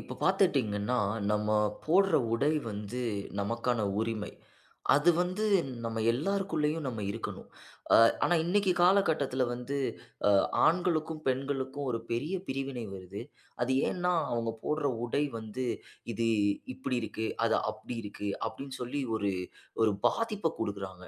இப்போ பார்த்துட்டீங்கன்னா, நம்ம போடுற உடை வந்து நமக்கான உரிமை. அது வந்து நம்ம எல்லாருக்குள்ளேயும் நம்ம இருக்கணும். அ ஆனா இன்னைக்கு காலகட்டத்தில வந்து அ ஆண்களுக்கும், பெண்களுக்கும் ஒரு பெரிய பிரிவினை வருது. அது ஏன்னா, அவங்க போடுற உடை வந்து இது இப்படி இருக்கு, அது அப்படி இருக்கு அப்படின்னு சொல்லி ஒரு ஒரு பாதிப்ப குடுக்குறாங்க.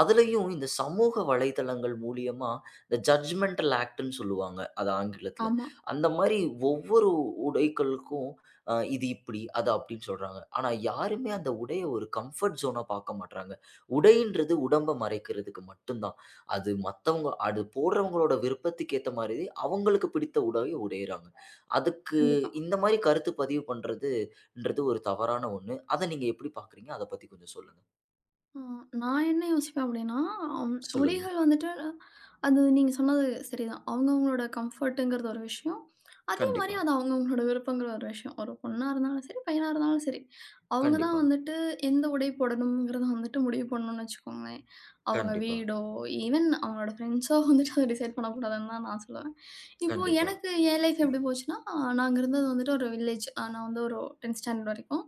அதுலயும் இந்த சமூக வலைதளங்கள் மூலியமா இந்த ஜட்ஜ்மென்டல் ஆக்ட்ன்னு சொல்லுவாங்க. அது ஆங்கிலத்தில. ஆமா. அந்த மாரி ஒவ்வொரு உடைகளுக்கும் இது இப்படி, அது அப்படின்னு சொல்றாங்க. ஆனா யாருமே அந்த உடைய ஒரு கம்ஃபர்ட் ஜோனா பார்க்க மாட்றாங்க. உடைன்றது உடம்ப மறைக்கிறதுக்கு மட்டும் தான். அது மத்தவங்க அது போடுறவங்களோட விருப்பத்துக்கு ஏத்த மாதிரி அவங்களுக்கு பிடித்த உடைய உடையிறாங்க. அதுக்கு கண்டிப்பா. இந்த மாரி கருத்து பதிவு பண்றதுன்றது ஒரு தவறான ஒண்ணு. அத நீங்க எப்படி பார்க்குறீங்க? அத பத்தி கொஞ்சம் சொல்லுங்க. அ நான் என்ன யோசிப்பேன் அப்படின்னா, அம் சொல்லுங்க. உடைகள் வந்துட்டு அது நீங்க சொன்னது சரிதான். அவங்கவங்களோட கம்ஃபர்ட்டுங்கிறது ஒரு விஷயம். அதே மாரி கண்டிப்பா, அது அவங்கவங்களோட விருப்பங்கிற ஒரு விஷயம். ஒரு பொண்ணா இருந்தாலும் சரி, பையனா இருந்தாலும் சரி. அவங்க தான் கண்டிப்பா, வந்துட்டு எந்த உடை போடணும்ங்கிறத வந்துட்டு முடிவு பண்ணணும்னு வச்சுக்கோங்களேன். அவங்க கண்டிப்பா, வீடோ, ஈவன் அவங்களோட ஃப்ரெண்ட்ஸோ வந்துட்டு அத டிசைட் பண்ணக்கூடாதுன்னு தான் நான் சொல்லுவேன். இப்போ கண்டிப்பா. எனக்கு என் லைஃப் எப்படி போச்சுன்னா, நாங்க இருந்தது வந்துட்டு ஒரு வில்லேஜ். நான் வந்து ஒரு 10த் ஸ்டாண்டர்ட் வரைக்கும்.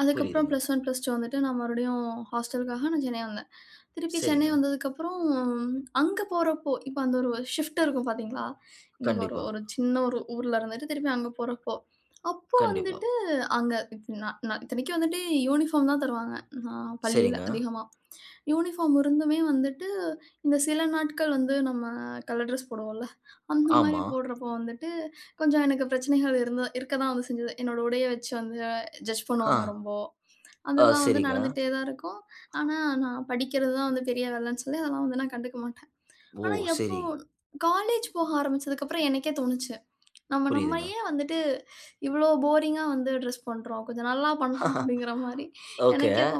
அதுக்கப்புறம் புரியுதுங்க. ப்ளஸ் 1, ப்ளஸ் 2 வந்துட்டு நான் மறுபடியும் ஹாஸ்டலுக்காக நான் சென்னை வந்தேன். திருப்பி சென்னை சரிங்க. வந்ததுக்கப்புறம் அங்க போறப்போ, இப்ப அந்த ஒரு ஷிஃப்ட் இருக்கும் பார்த்தீங்களா? இங்க ஒரு கண்டிப்பா, ஒரு சின்ன ஒரு ஊர்ல இருந்துட்டு திருப்பி அங்க போறப்போ, அப்போ கண்டிப்பா. வந்துட்டு அங்க நான் நான் இத்தனைக்கும் வந்துட்டு யூனிஃபார்ம் தான் தருவாங்க. நான் பள்ளியில சரிங்க. அதிகமா. யூனிஃபார்ம் இருந்துமே வந்துட்டு இந்த சில நாட்கள் வந்து நம்ம கலர் ட்ரெஸ் போடுவோம்ல, அந்த மாரி ஆமா. போடுறப்போ வந்துட்டு கொஞ்சம் எனக்கு பிரச்சனைகள் இருக்க தான் வந்து செஞ்சது. என்னோட உடைய வச்சு வந்து ஜட்ஜ் ஆ. பண்ணுவாங்க ரொம்ப. ஆ அதெல்லாம் வந்து சரிங்க. நடந்துட்டே தான் இருக்கும். ஆனா, நான் படிக்கிறது தான் வந்து பெரிய வேலைன்னு சொல்லி அதெல்லாம் வந்து நான் கண்டுக்க மாட்டேன். ஓ! ஆனா, எப்போ சரி. காலேஜ் போக ஆரம்பிச்சதுக்கப்புறம் எனக்கே தோணுச்சு. நம்ம நம்ம புரியுதுங்க. ஏன் வந்துட்டு இவ்ளோ போரிங்கா வந்து ட்ரெஸ் பண்றோம். கொஞ்சம் நல்லா பண்ணலாம் அப்படிங்கிற மாரி ஓகே. எனக்கே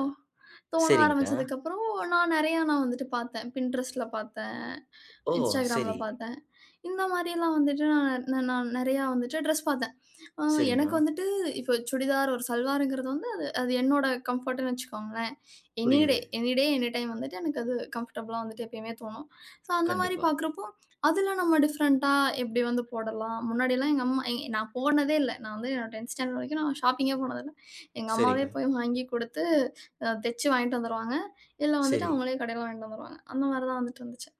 தோண சரிங்க. ஆரம்பிச்சதுக்கப்புறம் நான் நெறையா வந்துட்டு பார்த்தேன். Pinterestல பார்த்தேன், ஓ! Instagramல சரி. பார்த்தேன். இந்த மாரிலாம் வந்துட்டு நான் நான் நெறையா வந்துட்டு ட்ரெஸ் பார்த்தேன். ஆ சரிங்க. எனக்கு வந்துட்டு இப்போ சுடிதார், ஒரு சல்வாருங்கிறது வந்து அது அது என்னோட கம்ஃபர்ட்டுன்னு வச்சுக்கோங்களேன். புரியுது. எனி டே, எனி டைம் வந்துட்டு எனக்கு அது கம்ஃபர்டபுளா வந்துட்டு எப்பயுமே தோணும். ஸோ அந்த மாரி கண்டிப்பா. பார்க்குறப்போ, அதில நம்ம டிஃப்ரெண்ட்டா எப்படி வந்து போடலாம்? முன்னாடிலாம் எங்க அம்மா நான் போனதே இல்ல. நான் வந்து என்னோட 10த் ஸ்டாண்டர்ட் வரைக்கும் நான் ஷாப்பிங்கே போனதில்ல. எங்க சரிங்க. அம்மாவே போய் வாங்கி குடுத்து, தச்சு வாங்கிட்டு வந்துருவாங்க. இல்ல வந்துட்டு சரி. அவங்களே கடையில வாங்கிட்டு வந்துருவாங்க. அந்த மாரி தான் வந்துட்டு இருந்துச்சு.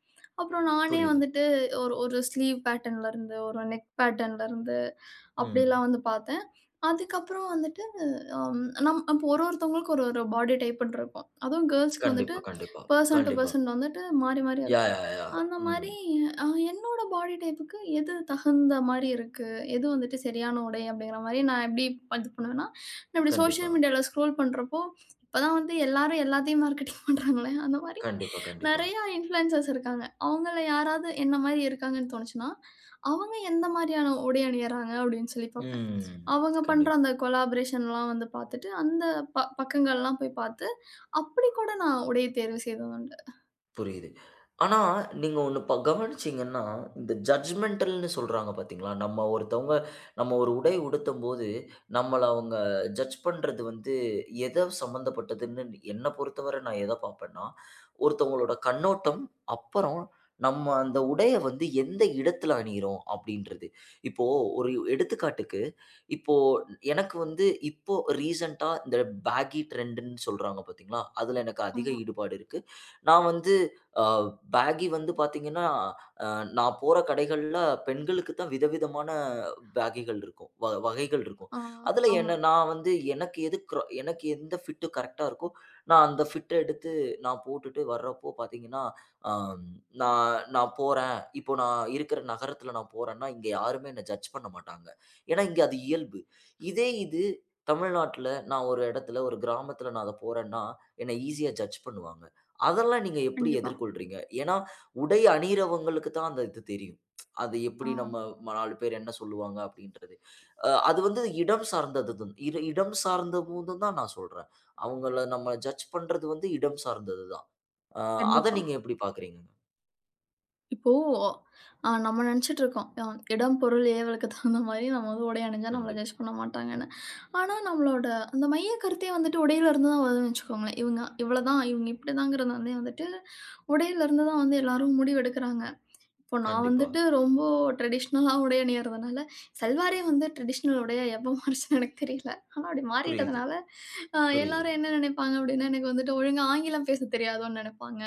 அப்புறம் நானே புரியுது. வந்துட்டு ஒரு ஒரு ஸ்லீவ் பேட்டர்ன்லேருந்து, ஒரு நெக் பேட்டர்ன்லேருந்து அப்படிலாம் ம். வந்து பார்த்தேன். அதுக்கப்புறம் வந்துட்டு, அம் நம் அப்போ ஒரு ஒருத்தவங்களுக்கு ஒரு ஒரு பாடி டைப்புன்னு இருக்கும். அதுவும் கேர்ல்ஸ்க்கு வந்துட்டு கண்டிப்பா, கண்டிப்பா, பெர்சன் டூ கண்டிப்பா. பெர்சன் வந்துட்டு மாறி மாறி யா, இருக்கும். யா, யா. அந்த ம். மாரி என்னோட பாடி டைப்புக்கு எது தகுந்த மாரி இருக்கு, எது வந்துட்டு சரியான உடை அப்படிங்கிற மாரி நான் எப்படி இது பண்ணுவேன்னா, நான் இப்படி கண்டிப்பா, சோசியல் மீடியால ஸ்க்ரோல் பண்றப்போ, இப்போதான் வந்து எல்லாரும் எல்லாத்தையும் மார்க்கெட்டிங் பண்றாங்களே, அந்த மாரி கண்டிப்பா, கண்டிப்பா. நெறையா இன்ஃப்ளூயன்சர்ஸ் இருக்காங்க. அவங்கள யாராவது என்ன மாரி இருக்காங்கன்னு தோணுச்சுன்னா, அவங்க எந்த மாரியான உடை அணியறாங்க அப்படின்னு சொல்லி பார்ப்பேன். ம். அவங்க கண்டி பண்ற அந்த கொலாபரேஷன்லாம் வந்து பார்த்துட்டு, அந்த பக்கங்கள்லாம் போய் பார்த்து, அப்படி கூட நான் உடைய தேர்வு செய்தது உண்டு. புரியுது. ஆனா, நீங்க ஒண்ணு ப கவனிச்சீங்கன்னா, இந்த ஜட்ஜ்மென்டல்ன்னு சொல்றாங்க பார்த்தீங்களா? நம்ம ஒருத்தவங்க நம்ம ஒரு உடை உடுத்தும்போது, நம்மள அவங்க ஜட்ஜ் பண்றது வந்து எத சம்மந்தப்பட்டதுன்னு என்ன பொறுத்தவரை நான் எத பார்ப்பேன்னா, ஒருத்தவங்களோட கண்ணோட்டம், அப்புறம் நம்ம அந்த உடைய வந்து எந்த இடத்துல அணியிறோம் அப்படின்றது. இப்போ ஒரு எடுத்துக்காட்டுக்கு, இப்போ எனக்கு வந்து இப்போ ரீசென்ட்டா இந்த பேகி ட்ரெண்டுன்னு சொல்றாங்க பார்த்தீங்களா? அதுல எனக்கு அதிக ஆமா. ஈடுபாடு இருக்கு. நான் வந்து அ பேகி வந்து பார்த்தீங்கன்னா, அ நான் போற கடைகள்ல பெண்களுக்கு தான் விதவிதமான பேகிகள் இருக்கும். வ வகைகள் இருக்கும். ஆ, அதுல ஆமா. என்ன நான் வந்து எனக்கு எது க்ரா எனக்கு எந்த ஃபிட் கரெக்ட்டா இருக்கோ, நான் அந்த ஃபிட்ட எடுத்து நான் போட்டுட்டு வர்றப்போ பார்த்தீங்கன்னா, அம் நான் நான் போறேன். இப்போ நான் இருக்கிற நகரத்தில நான் போறேன்னா, இங்க யாருமே என்ன ஜட்ஜ் பண்ண மாட்டாங்க. ஏன்னா, இங்க அது இயல்பு. இதே இது தமிழ்நாட்ல நான் ஒரு இடத்துல, ஒரு கிராமத்தில நான் அத போறேன்னா, என்ன ஈஸியா ஜட்ஜ் பண்ணுவாங்க. அதெல்லாம் நீங்க எப்படி கண்டிப்பா. எதிர்கொள்றீங்க? ஏன்னா, உடை அணியிறவங்களுக்கு தான் அந்த இது தெரியும். அது ஆ, எப்படி நம்ம 4 பேர் என்ன சொல்லுவாங்க அப்படின்றது. அது வந்து இடம் சார்ந்தது தான். இட இடம் சார்ந்த போது தான் நான் சொல்றேன். அவங்கள நம்ம ஜட்ஜ் பண்றது வந்து இடம் சார்ந்தது தான். அ அத கண்டிப்பா. நீங்க எப்படி பார்க்குறீங்கங்க? இப்போ நம்ம நெனச்சுட்டு இருக்கோம். இடம், பொருள், ஏவலுக்கு தகுந்த மாரி நம்ம வந்து உடை அணிஞ்சா நம்மள கண்டிப் ஜட்ஜ் பண்ண மாட்டாங்கன்னு. ஆனா நம்மளோட அந்த மைய கருத்தே வந்துட்டு உடையில இருந்து தான் வருதுன்னு வச்சுக்கோங்களேன். இவங்க இவ்வளதான், இவங்க இப்படிதாங்கிறது வந்து வந்துட்டு, உடையில இருந்து தான் வந்து எல்லாரும் முடிவெடுக்குறாங்க. இப்போ நான் கண்டிப்பா. வந்துட்டு ரொம்ப ட்ரெடிஷ்னலா உடை அணியிறதுனால, சல்வாரே வந்து ட்ரெடிஷ்னல் உடையா எப்ப மாறுச்சுன்னு எனக்கு தெரியல. ஆனா அப்படி புரியுது, மாறிட்டதுனால, புரியுது. எல்லாரும் என்ன நினைப்பாங்க அப்படின்னா, எனக்கு வந்துட்டு ஒழுங்கா ஆங்கிலம் பேசத் தெரியாதோன்னு நெனைப்பாங்க.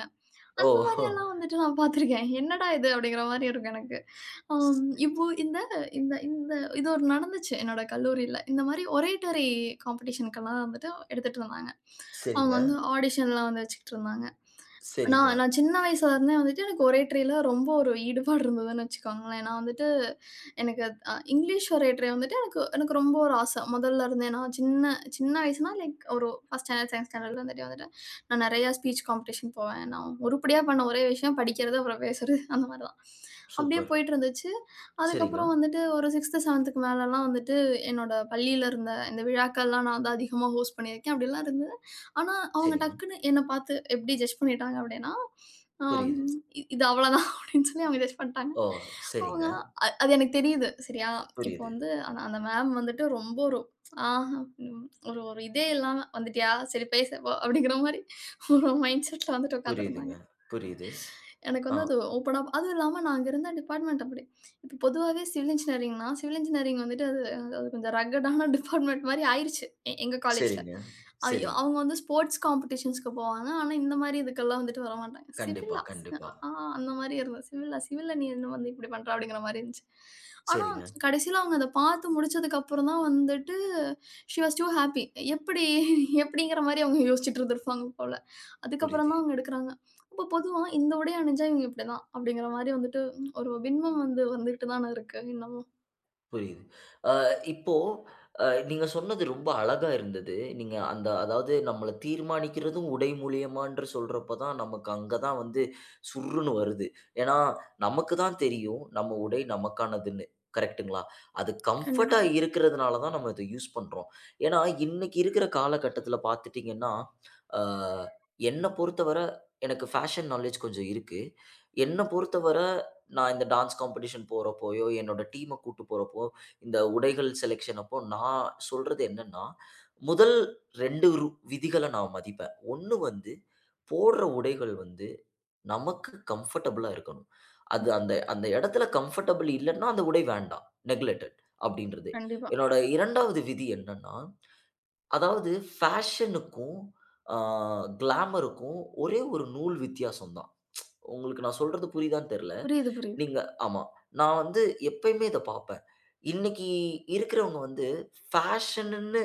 ஓ! அந்த மாரியெல்லாம் வந்துட்டு நான் பார்த்துருக்கேன். "என்னடா இது?" அப்படிங்கிற மாரி இருக்கும் எனக்கு. சரி இப்போ இந்த இந்த இந்த இது ஒரு நடந்துச்சு என்னோட கல்லூரியில. இந்த மாரி ஒரேட்டரி காம்படிஷனுக்கெல்லாம் வந்துட்டு எடுத்துட்டு இருந்தாங்க. அவங்க சரிங்க, வந்து ஆடிஷன்லாம் வந்து வச்சுக்கிட்டுருந்தாங்க. சரிங்க. நான் நான் சின்ன வயசுல இருந்தே வந்துட்டு எனக்கு ஒரேட்டரியில ரொம்ப ஒரு ஈடுபாடு இருந்ததுன்னு வச்சுக்கோங்களேன். நான் வந்துட்டு எனக்கு இங்கிலீஷ் ஒரேட்டரி வந்துட்டு எனக்கு எனக்கு ரொம்ப ஒரு ஆசை. முதல்ல இருந்தே நான் சின்ன சின்ன வயசுனா லைக் ஒரு 1 ஸ்டாண்டர்ட், 2ண்ட் ஸ்டாண்டர்ட்ல இருந்துட்டே வந்துட்டு நான் நெறையா ஸ்பீச் காம்படிஷன் போவேன். நான் உருப்படியா பண்ண ஒரே விஷயம் படிக்கிறது, அப்புறம் பேசுறது அந்த மாரி தான். அப்படியே சூப்பர். போயிட்டு இருந்துச்சு. சரிங்க, அதுக்கப்புறம் வந்துட்டு ஒரு 6த், 7த்துக்கு மேலலாம் வந்துட்டு என்னோட பள்ளியில இருந்த இந்த விழாக்கள்லாம் நான் தான் அதிகமா ஹோஸ்ட் பண்ணியிருக்கேன். அப்படிலாம் இருந்தது. ஆனா, அவங்க சரிங்க. டக்குன்னு என்ன பார்த்து எப்படி ஜட்ஜ் பண்ணிட்டாங்க அப்படின்னா, ஆம் புரியுது. இது அவ்வளோதான்" அப்படின்னு சொல்லி அவங்க ஜட்ஜ் பண்ணிட்டாங்க. ஓ! சரிங்க. அவங்க அது எனக்கு தெரியுது. சரியா? இப்போ புரியுது, வந்து அந்த அந்த மேம் வந்துட்டு ரொம்ப ஒரு ஆ ம் ஒரு ஒரு இதே இல்லாம "வந்துட்டியா? சரி பேசு போ" அப்படிங்கிற மாரி ஒரு மைண்ட் செட்ல வந்துட்டு புரியுதுங்க. உட்காந்துருந்தாங்க. புரியுது. எனக்கு ஆ வந்து அது ஓப்பனா அதுவும் இல்லாம நான் அங்க இருந்த டிபார்ட்மெண்ட் அப்படி. இப்ப பொதுவாவே சிவில் இன்ஜினியரிங்னா, சிவில் இன்ஜினியரிங் வந்துட்டு அது அது கொஞ்சம் ரக்கடான டிபார்ட்மெண்ட் மாரி ஆயிருச்சு. எங்க காலேஜ்ல. சரிங்க. ஐயோ! சரி. அவங்க வந்து ஸ்போர்ட்ஸ் காம்படிஷன்ஸ்க்கு போவாங்க. ஆனா, இந்த மாரி இதுக்கெல்லாம் வந்துட்டு வரமாட்டாங்க. கண்டிப்பா, "சிவில்லா? கண்டிப்பா. ஆ" அந்த மாரி இருந்தது. "சிவில்லா? சிவில்ல நீ என்ன வந்து இப்படி பண்ற?" அப்படிங்கிற மாரி இருந்துச்சு. ஆனா, சரிங்க. கடைசியில அவங்க அத பார்த்து முடிச்சதுக்கு அப்புறம் தான் வந்துட்டு ஷி வாஸ் டூ ஹேப்பி. எப்படி எப்படிங்கிற மாரி அவங்க யோசிச்சுட்டு இருந்திருப்பாங்க போல. அதுக்கப்புறம் புரியுது. தான் அவங்க எடுக்குறாங்க. இப்ப பொதுவா இந்த உடை அணிஞ்சா இவங்க இப்படிதான். அப்படிங்கிற மாரி வந்துட்டு ஒரு பின்பம் வந்து வந்துட்டு தானே இருக்கு இன்னமும். புரியுது. அ இப்போ நீங்க சொன்னது ரொம்ப அழகா இருந்தது. நீங்க அந்த அதாவது நம்மள தீர்மானிக்கிறதும் உடை மூலியமான்ற சொல்றப்ப தான் நமக்கு அங்க தான் வந்து சுர்ருன்னு வருது. ஏன்னா, நமக்கு தான் தெரியும் நம்ம உடை நமக்கானதுன்னு. கரெக்ட்டுங்களா? அது கம்ஃபர்ட்டா கண்டிப்பா. இருக்கிறதுனால தான் நம்ம இத யூஸ் பண்றோம். ஏன்னா, இன்னைக்கு இருக்கிற காலகட்டத்தில பார்த்துட்டீங்கன்னா, அ என்ன பொறுத்தவர எனக்கு ஃபேஷன் நாலேட்ஜ் கொஞ்சம் இருக்கு. என்ன பொறுத்தவர நான் இந்த டான்ஸ் காம்படிஷன் போறப்போயோ, என்னோட டீம கூட்டு போறப்போ, இந்த உடைகள் செலக்ஷன் அப்போ நான் சொல்றது என்னன்னா, முதல் 2வது ரு விதிகள நான் மதிப்பேன். 1வது வந்து போடுற உடைகள் வந்து நமக்கு கம்ஃபர்டபுளா இருக்கணும். அது ம். அந்த அந்த இடத்துல கம்ஃபர்டபுள் இல்லன்னா, அந்த உடை வேண்டாம். நெக்லெக்டட் அப்படின்றது. கண்டிப்பா. என்னோட 2வது விதி என்னன்னா, அதாவது ஃபேஷனுக்கும் அ கிளாமருக்கும் ஒரே ஒரு நூல் வித்தியாசம் தான். உங்களுக்கு நான் சொல்றது புரியுதான்னு தெரியல. புரியுது, புரியுது. நீங்க ஆமா. நான் வந்து எப்பயுமே இத பார்ப்பேன். இன்னைக்கு இருக்கிறவங்க வந்து ஃபேஷனுன்னு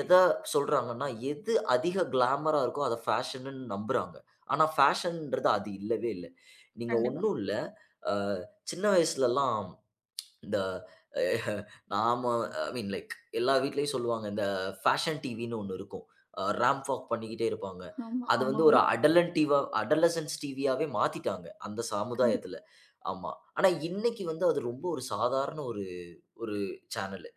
எத சொல்றாங்கன்னா, எது அதிக கிளாமரா இருக்கோ அத ஃபேஷனுன்னு நம்புறாங்க. ஆனா ஃபேஷன்ன்றது அது இல்லவே இல்ல. நீங்க கண்டிப்பா. ஒண்ணும் இல்ல. அ சின்ன வயசுலலாம் இந்த அஹ், நாம ஐ மீன் லைக் எல்லா வீட்லயும் சொல்லுவாங்க இந்த ஃபேஷன் டிவின்னு ஒன்று இருக்கும் ரேம்ப் வாக் பண்ணிக்கிட்டே இருப்பாங்க ஆமா, அது வந்து ஒரு ஆமாமா. அடலன் டிவா அடலசன்ஸ் டிவியாவே மாத்திட்டாங்க அந்த கண்டிப்பா. சமுதாயத்துல ஆமா ஆனா இன்னைக்கு வந்து அது ரொம்ப ஒரு சாதாரண ஒரு ஒரு சேனலு.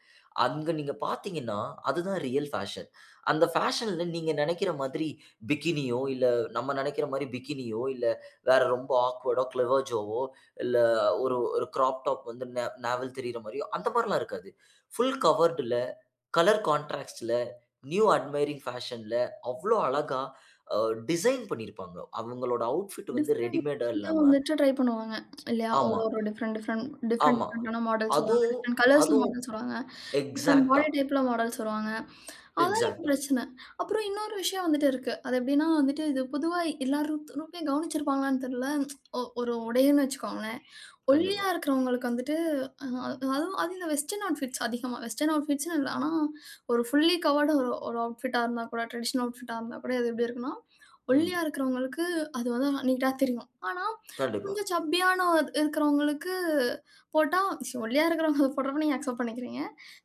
அங்க நீங்க பார்த்தீங்கன்னா, அதுதான் ரியல் ஃபேஷன். அந்த ஃபேஷன்ல நீங்க நெனைக்கிற மாதிரி பிகினியோ, இல்ல நம்ம நெனைக்கிற மாரி பிகினியோ, இல்ல வேற ரொம்ப ஆக்வர்டா க்ளெவர்ஜோவோ, இல்ல ஒரு ஒரு கிராப் டாப் வந்து நெ நாவல் தெரியிற மாரியோ, அந்த மாரிலாம் இருக்காது. ஃபுல் கவர்டுல, கலர் கான்ட்ராஸ்ட்ல, நியூ அட்மையரிங் ஃபேஷன்ல அவ்ளோ அழகா அ டிசைன் பண்ணியிருப்பாங்க. அவங்களோட அவுட்ஃபிட் வந்து ரெடிமேடா டிஃபரெண்ட்டா இல்லாம வந்துட்டு ட்ரை பண்ணுவாங்க. இல்லையா? ஒரு ஆமா, ஒரு டிஃபரெண்ட் டிஃபரெண்ட் டிஃபரெண்ட் ஆமா. டிஃபரெண்டான மாடல்ஸ் வருவாங்க. அதுவும் டிஃபரெண்ட் கலர்ஸ்ல அதுவும் மாடல்ஸ் வருவாங்க. டிஃப்ரெண்ட் எக்ஸாக்ட்டா, பாடி டைப்ல மாடல்ஸ் வருவாங்க. அதான் எனக்கு எக்ஸாக்ட்டா. பிரச்சனை. அப்புறம் இன்னொரு விஷயம் வந்துட்டு இருக்கு. அது எப்படின்னா வந்துட்டு, இது பொதுவா எல்லாரும் திருப்பியும் கவனிச்சிருப்பாங்களான்னு தெரியல. ஒரு உடைன்னு வச்சுக்கோங்களேன். ஒல்லியா கண்டிப்பா. இருக்கிறவங்களுக்கு வந்துட்டு அ அதுவும் அதுவும் அது இந்த வெஸ்டர்ன் அவுட்ஃபிட்ஸ் அதிகமா வெஸ்டர்ன் அவுட்ஃபிட்ஸ்ன்னு இல்ல. ஆனா ஒரு ஃபுல்லி கவர்டு ஒரு ஒரு அவுட்ஃபிட்டா இருந்தா கூட, ட்ரெடிஷனல் அவுட்ஃபிட்டா இருந்தா கூட, அது எப்படி இருக்குன்னா, ம். ஒல்லியா இருக்கிறவங்களுக்கு அது வந்து நீட்டா தெரியும். ஆனா, கண்டிப்பா, கொஞ்சம் சப்பியான இருக்கிறவங்களுக்கு போட்டா, ஒல்லியா இருக்கிறவங்க அத போடுறப்ப நீங்க அக்செப்ட் பண்ணிக்கிறீங்க.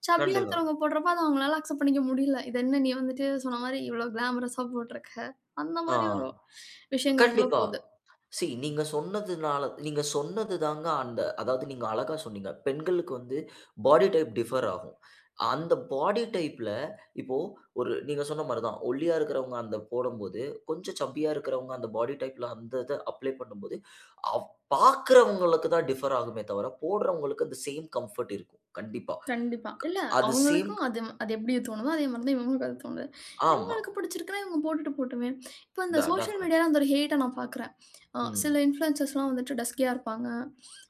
சப்பியா கண்டிப்பா. இருக்கிறவங்க போடுறப்ப அத அவங்களால அக்செப்ட் பண்ணிக்க முடியல. இது என்ன நீ வந்துட்டு சொன்ன மாரி இவ்வளோ கிளாமரஸா போட்டுருக்க. அந்த ஆ. மாரி ஒரு விஷயங்களுக்குள்ள கண்டிப்பா. போது. சி நீங்க சொன்னதுனால நீங்க சொன்னது தாங்க அந்த அதாவது நீங்க அழகா சொன்னீங்க. பெண்களுக்கு வந்து பாடி டைப் டிஃபர் ஆகும். அந்த பாடி டைப்ல இப்போ ஒரு நீங்க சொன்ன மாரி தான். ஒல்லியா இருக்கிறவங்க அந்த போடும்போது, கொஞ்சம் சப்பியா இருக்கிறவங்க அந்த பாடி டைப்ல அந்த இத அப்ளை பண்ணும்போது, அவ் பார்க்கிறவங்களுக்கு தான் டிஃபர் ஆகுமே தவிர, போடுறவங்களுக்கு அந்த சேம் கம்ஃபர்ட் இருக்கும். கண்டிப்பா. கண்டிப்பா. இல்ல அது சேம் அவங்களுக்கும் அது அது எப்படி தோணுதோ, அதே மாதிரி தான் இவங்களுக்கும் அது தோணுது. ஆமா. இவங்களுக்கு பிடிச்சிருக்குன்னா இவங்க போட்டுட்டு போட்டுமே. இப்போ இந்த ட சோஷியல் டெஃபனட்டா. மீடியால அந்த ஒரு ஹேட்ட நான் பார்க்குறேன். ம். சில இன்ஃப்ளூயன்சர்ஸ்லாம் வந்துட்டு டஸ்கியா இருப்பாங்க.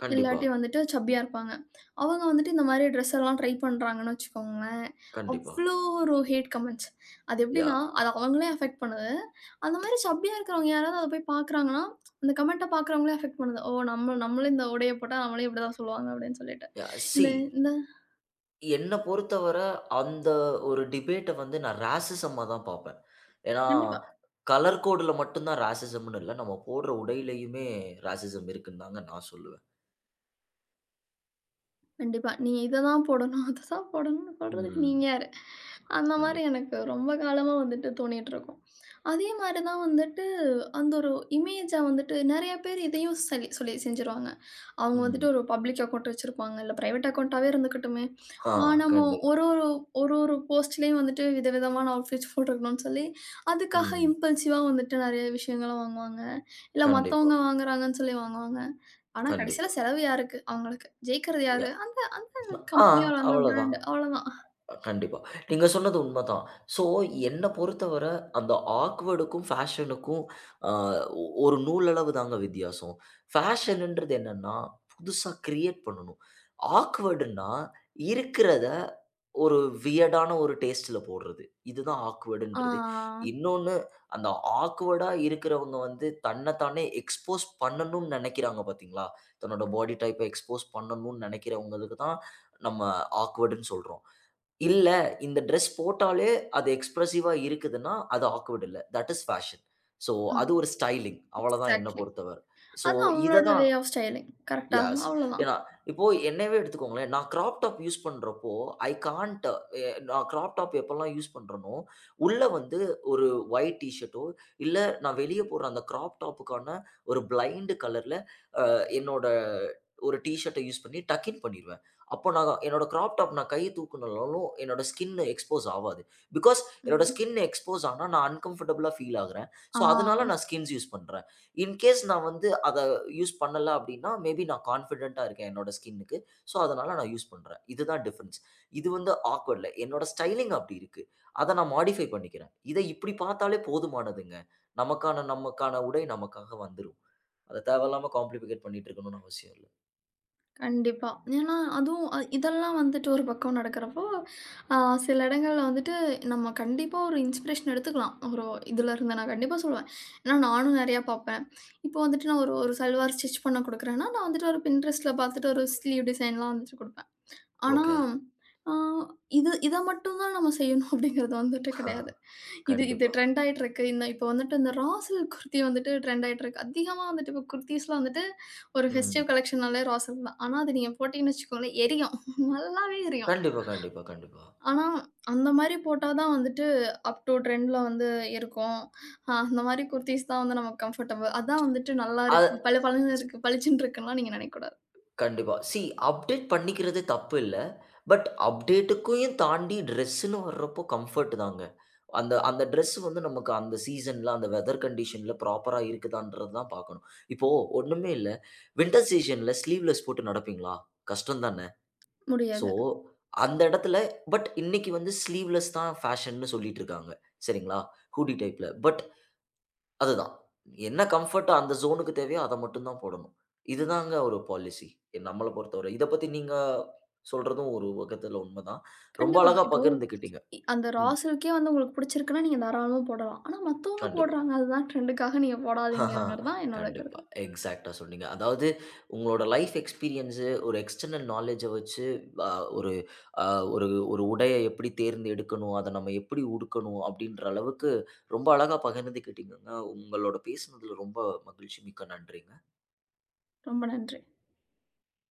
கண்டிப்பா. இல்லாட்டி வந்துட்டு சப்பியா இருப்பாங்க. அவங்க வந்துட்டு இந்த மாரி ட்ரெஸ் எல்லாம் ட்ரை பண்றாங்கன்னு வச்சுக்கோங்களேன். கண்டிப்பா. அவ்ளோ ஒரு ஹேட் கமெண்ட்ஸ். அது எப்படின்னா, யாஹ்! அது அவங்களே அஃபெக்ட் பண்ணுது. அந்த மாரி சப்பியா இருக்கிறவங்க யாராவது அத போய் பார்க்குறாங்கன்னா, அந்த கமெண்ட்ட பார்க்குறவங்களே அஃபெக்ட் பண்ணுது. ஓ! நம்மளும் இந்த உடைய போட்டா நம்மளையும் இப்படி தான் சொல்லுவாங்க அப்படின்னு சொல்லிட்டு. யாஹ்! ஸீ இந்த இந்த என்ன பொறுத்தவர அந்த ஒரு டிபேட்ட வந்து நான் ராசிசமா தான் பார்ப்பேன். ஏன்னா, கண்டிப்பா. கலர் கோடுல மட்டும் தான் ராசிசம்ன்னு இல்ல. நம்ம போடுற உடையிலயுமே ராசிசம் இருக்குன்னு தாங்க நான் சொல்லுவேன். கண்டிப்பா. நீங்க இததான் போடணும், அததான் போடணும்னு சொல்றதுக்கு ம். நீங்க யாரு? அந்த மாரி கண்டிப்பா. எனக்கு ரொம்ப காலமா வந்துட்டு தோணிட்டுருக்கும். அதே மாரி தான் வந்துட்டு அந்த ஒரு இமேஜா வந்துட்டு நெறைய பேர் இதையும் சலி சொல்லி செஞ்சுருவாங்க. அவங்க ம். வந்துட்டு ஒரு பப்ளிக் அக்கவுண்ட் வச்சிருப்பாங்க. இல்ல பிரைவேட் அக்கவுண்டாவே இருந்துக்கட்டுமே. ஆ நம்ம கண்டிப்பா. ஒரு ஒரு போஸ்ட்லயும் வந்துட்டு விதவிதமான அவுட்ஃபிட்ஸ் போட்டுருக்கணும்னு சொல்லி, அதுக்காக ம். இம்பல்சிவா வந்துட்டு நெறைய விஷயங்கள வாங்குவாங்க. இல்ல கண்டிப்பா, மத்தவங்க வாங்குறாங்கன்னு சொல்லி வாங்குவாங்க. ஆனா கடைசியில கண்டிப்பா. செலவு யாருக்கு? அவங்களுக்கு. ஜெயிக்கிறது யா யாரு? ஆ கம்பெனியா அந்த அவ்வளோதான். பிராண்ட் அவ்வளோதான். கண்டிப்பா. நீங்க சொன்னது உண்மதான். ஸோ என்ன பொறுத்தவர அந்த ஆக்வர்டுக்கும், ஃபேஷனுக்கும் அ ஒரு நூலளவு தாங்க வித்தியாசம். ஃபேஷன்ன்றது என்னன்னா, புதுசா கிரியேட் பண்ணணும். ஆக்வர்டுன்னா இருக்கிறத ஒரு வியர்டான ஒரு டேஸ்ட்ல போடுறது. இதுதான் ஆ, ஆக்வர்டுன்றது. இன்னொன்னு அந்த ஆக்வர்டா இருக்கிறவங்க வந்து தன்னத்தானே எக்ஸ்போஸ் பண்ணணும்னு நெனைக்கிறாங்க பார்த்தீங்களா? தன்னோட பாடி டைப்ப எக்ஸ்போஸ் பண்ணணும்னு நெனைக்கிறவங்களுக்கு தான் நம்ம ஆக்வர்டுன்னு சொல்றோம். இல்ல, இந்த ட்ரெஸ் போட்டாலே அது எக்ஸ்பிரசிவா இருக்குதுன்னா, அது ஆக்வர்ட் இல்ல. That is fashion. சோ ஆ. அது ஒரு ஸ்டைலிங். அவ்வளதான் என்ன எக்ஸாக்ட்லி. பொறுத்தவர. சோ அதான் இத அவங்களோட தான் வே ஆஃப் ஸ்டைலிங். கரெக்ட்டா? யாஸ். அவ்வளோதான். ஏன்னா, இப்போ என்னையவே எடுத்துக்கோங்களேன். நான் கிராப் டாப் யூஸ் பண்றப்போ, ஐ கான்ட் எ நான் கிராப் டாப் எப்பலாம் யூஸ் பண்றேனோ, உள்ள வந்து ஒரு ஒயிட் டீ ஷர்ட்டோ, இல்ல நான் வெளிய போடுற அந்த கிராப் டாப்புக்கான ஒரு பிளைண்ட் கலர்ல என்னோட ஒரு டீ ஷர்ட்ட யூஸ் பண்ணி டக் இன் பண்ணிருவேன். அப்போ நான் என்னோட கிராப் டாப் நான் கைய தூக்குனாலும் என்னோட ஸ்கின் எக்ஸ்போஸ் ஆவாது. பிகாஸ் என்னோட ம். ஸ்கின் எக்ஸ்போஸ் ஆனா நான் அன்கம்ஃபர்டபுளா ஃபீல் ஆகுறேன். ஆ ஸோ அதனால நான் ஸ்கின்ஸ் யூஸ் பண்றேன். இன்கேஸ் நான் வந்து அத யூஸ் பண்ணல அப்டின்னா, மேபி நான் கான்ஃபிடென்ட்டா இருக்கேன் என்னோட ஸ்கின்னுக்கு. ஸோ அதனால நான் யூஸ் பண்றேன். இதுதான் டிஃபரன்ஸ். இது வந்து ஆக்வர்ட்ல என்னோட ஸ்டைலிங் அப்டி இருக்கு. அத நான் மாடிஃபை பண்ணிக்கிறேன். இத இப்டி பார்த்தாலே போதுமானதுங்க. நமக்கான நமக்கான உடை நமக்காக வந்துரும். அத தேவையில்லாம காம்ப்ளிகேட் பண்ணிட்டு இருக்கணும்னு அவசியம் இல்ல. கண்டிப்பா. ஏன்னா அதுவும் இதெல்லாம் வந்துட்டு ஒரு பக்கம் நடக்கிறப்போ, ஆ சில இடங்கள்ல வந்துட்டு நம்ம கண்டிப்பா ஒரு இன்ஸ்பிரேஷன் எடுத்துக்கலாம். ஒரு இதுலருந்து நான் கண்டிப்பா சொல்லுவேன். ஏன்னா நானும் நெறையா பார்ப்பேன். இப்போ வந்துட்டு நான் ஒரு ஒரு சல்வார் ஸ்டிச் பண்ண குடுக்குறேன்னா, நான் வந்துட்டு ஒரு Pinterestல பார்த்துட்டு ஒரு ஸ்லீவ் டிசைன்லாம் வந்துட்டு குடுப்பேன். ஆனா, ஓகே. ஆ இத மட்டும் தான் நம்ம செய்யணும் அப்படிங்கிறது வந்துட்டு ஆஹா. கிடையாது. இது இது கண்டிப்பாங்க. ட்ரெண்ட் ஆயிட்டிருக்கு. இந்த இப்போ வந்துட்டு இந்த ரா சில்க் குர்த்தி வந்துட்டு ட்ரெண்ட் ஆயிட்டிருக்கு. அதிகமா வந்துட்டு இப்போ குர்தீஸ்லாம் வந்துட்டு ஒரு ம். ஃபெஸ்டிவ் கலெக்ஷன்னாலே ரா சில்க் தான். ஆனா, அது நீங்க போட்டீங்கன்னு வச்சுக்கோங்களேன், எரியும். நல்லாவே எரியும். கண்டிப்பா, கண்டிப்பா, கண்டிப்பா. ஆனா, அந்த மாரி போட்டா தான் வந்துட்டு அப் டூ ட்ரெண்ட்ல வந்து இருக்கும். அந்த மாரி குர்தீஸ் தான் வந்து நமக்கு கம்ஃபர்டபுள். அதான் வந்துட்டு நல்லாருக்கு, அது பளபளன்னு இருக்கு, பளிச்சுன்னு இருக்குன்லாம் நீங்க நினைக்கக்கூடாது. கண்டிப்பா. சி அப்டேட் பண்ணிக்கிறது தப்பு இல்ல. பட் அப்டேட்டுக்கும் தாண்டி ட்ரெஸ்ன்னு வர்றப்போ கம்ஃபோர்ட் தாங்க. அந்த அந்த ட்ரெஸ் வந்து நமக்கு அந்த சீசன்ல, அந்த வெதர் கண்டிஷன்ல ப்ராப்பரா இருக்குதான்றத தான் பார்க்கணும். இப்போ ஒண்ணுமே இல்ல. வின்டர் சீசன்ல ஸ்லீவ்லெஸ் போட்டு நடப்பீங்களா? கஷ்டம் தான? ஸோ, முடியாது. அந்த இடத்துல பட் இன்னைக்கு வந்து ஸ்லீவ்லெஸ் தான் ஃபேஷன்னு சொல்லிட்டு இருக்காங்க. சரிங்களா? ஹூடி டைப்ல. பட் அதுதான். என்ன கம்ஃபர்ட் அந்த ஜோனுக்கு தேவையோ அத மட்டும் தான் போடணும். இதுதாங்க ஒரு பாலிசி. நம்மள பொறுத்தவரை. இத பத்தி நீங்க சொல்றதும் ஒரு வகத்துல உண்மதான். ரொம்ப கண்டிப்பா. அழகா இப்போ பகிர்ந்துக்கிட்டீங்க. அந்த ரா ம். சில்க்கே வந்து உங்களுக்கு புடிச்சிருக்குன்னா, நீங்க தாராளமா போடலாம். ஆனா மத்தவங்க கண்டிப்பா. போடுறாங்க, அதுதான் ட்ரெண்டுக்காக நீங்க ஆஹா, போடாதீங்கங்கிறது தான் என்னோட கண்டிப்பா. கருத்து. எக்ஸாக்ட்டா சொன்னீங்க. அதாவது உங்களோட லைஃப் எக்ஸ்பீரியன்ஸ் ஒரு எக்ஸ்டர்னல் நாலெட்ஜ வச்சு அ ஒரு அ ஒரு ஒரு உடைய எப்படி தேர்ந்து எடுக்கணும், அத நம்ம எப்படி உடுக்கணும் அப்படின்ற அளவுக்கு ரொம்ப அழகா பகிர்ந்துக்கிட்டீங்கங்க. உங்களோட பேசினதுல ரொம்ப மகிழ்ச்சி. மிக்க நன்றிங்க. ரொம்ப நன்றி.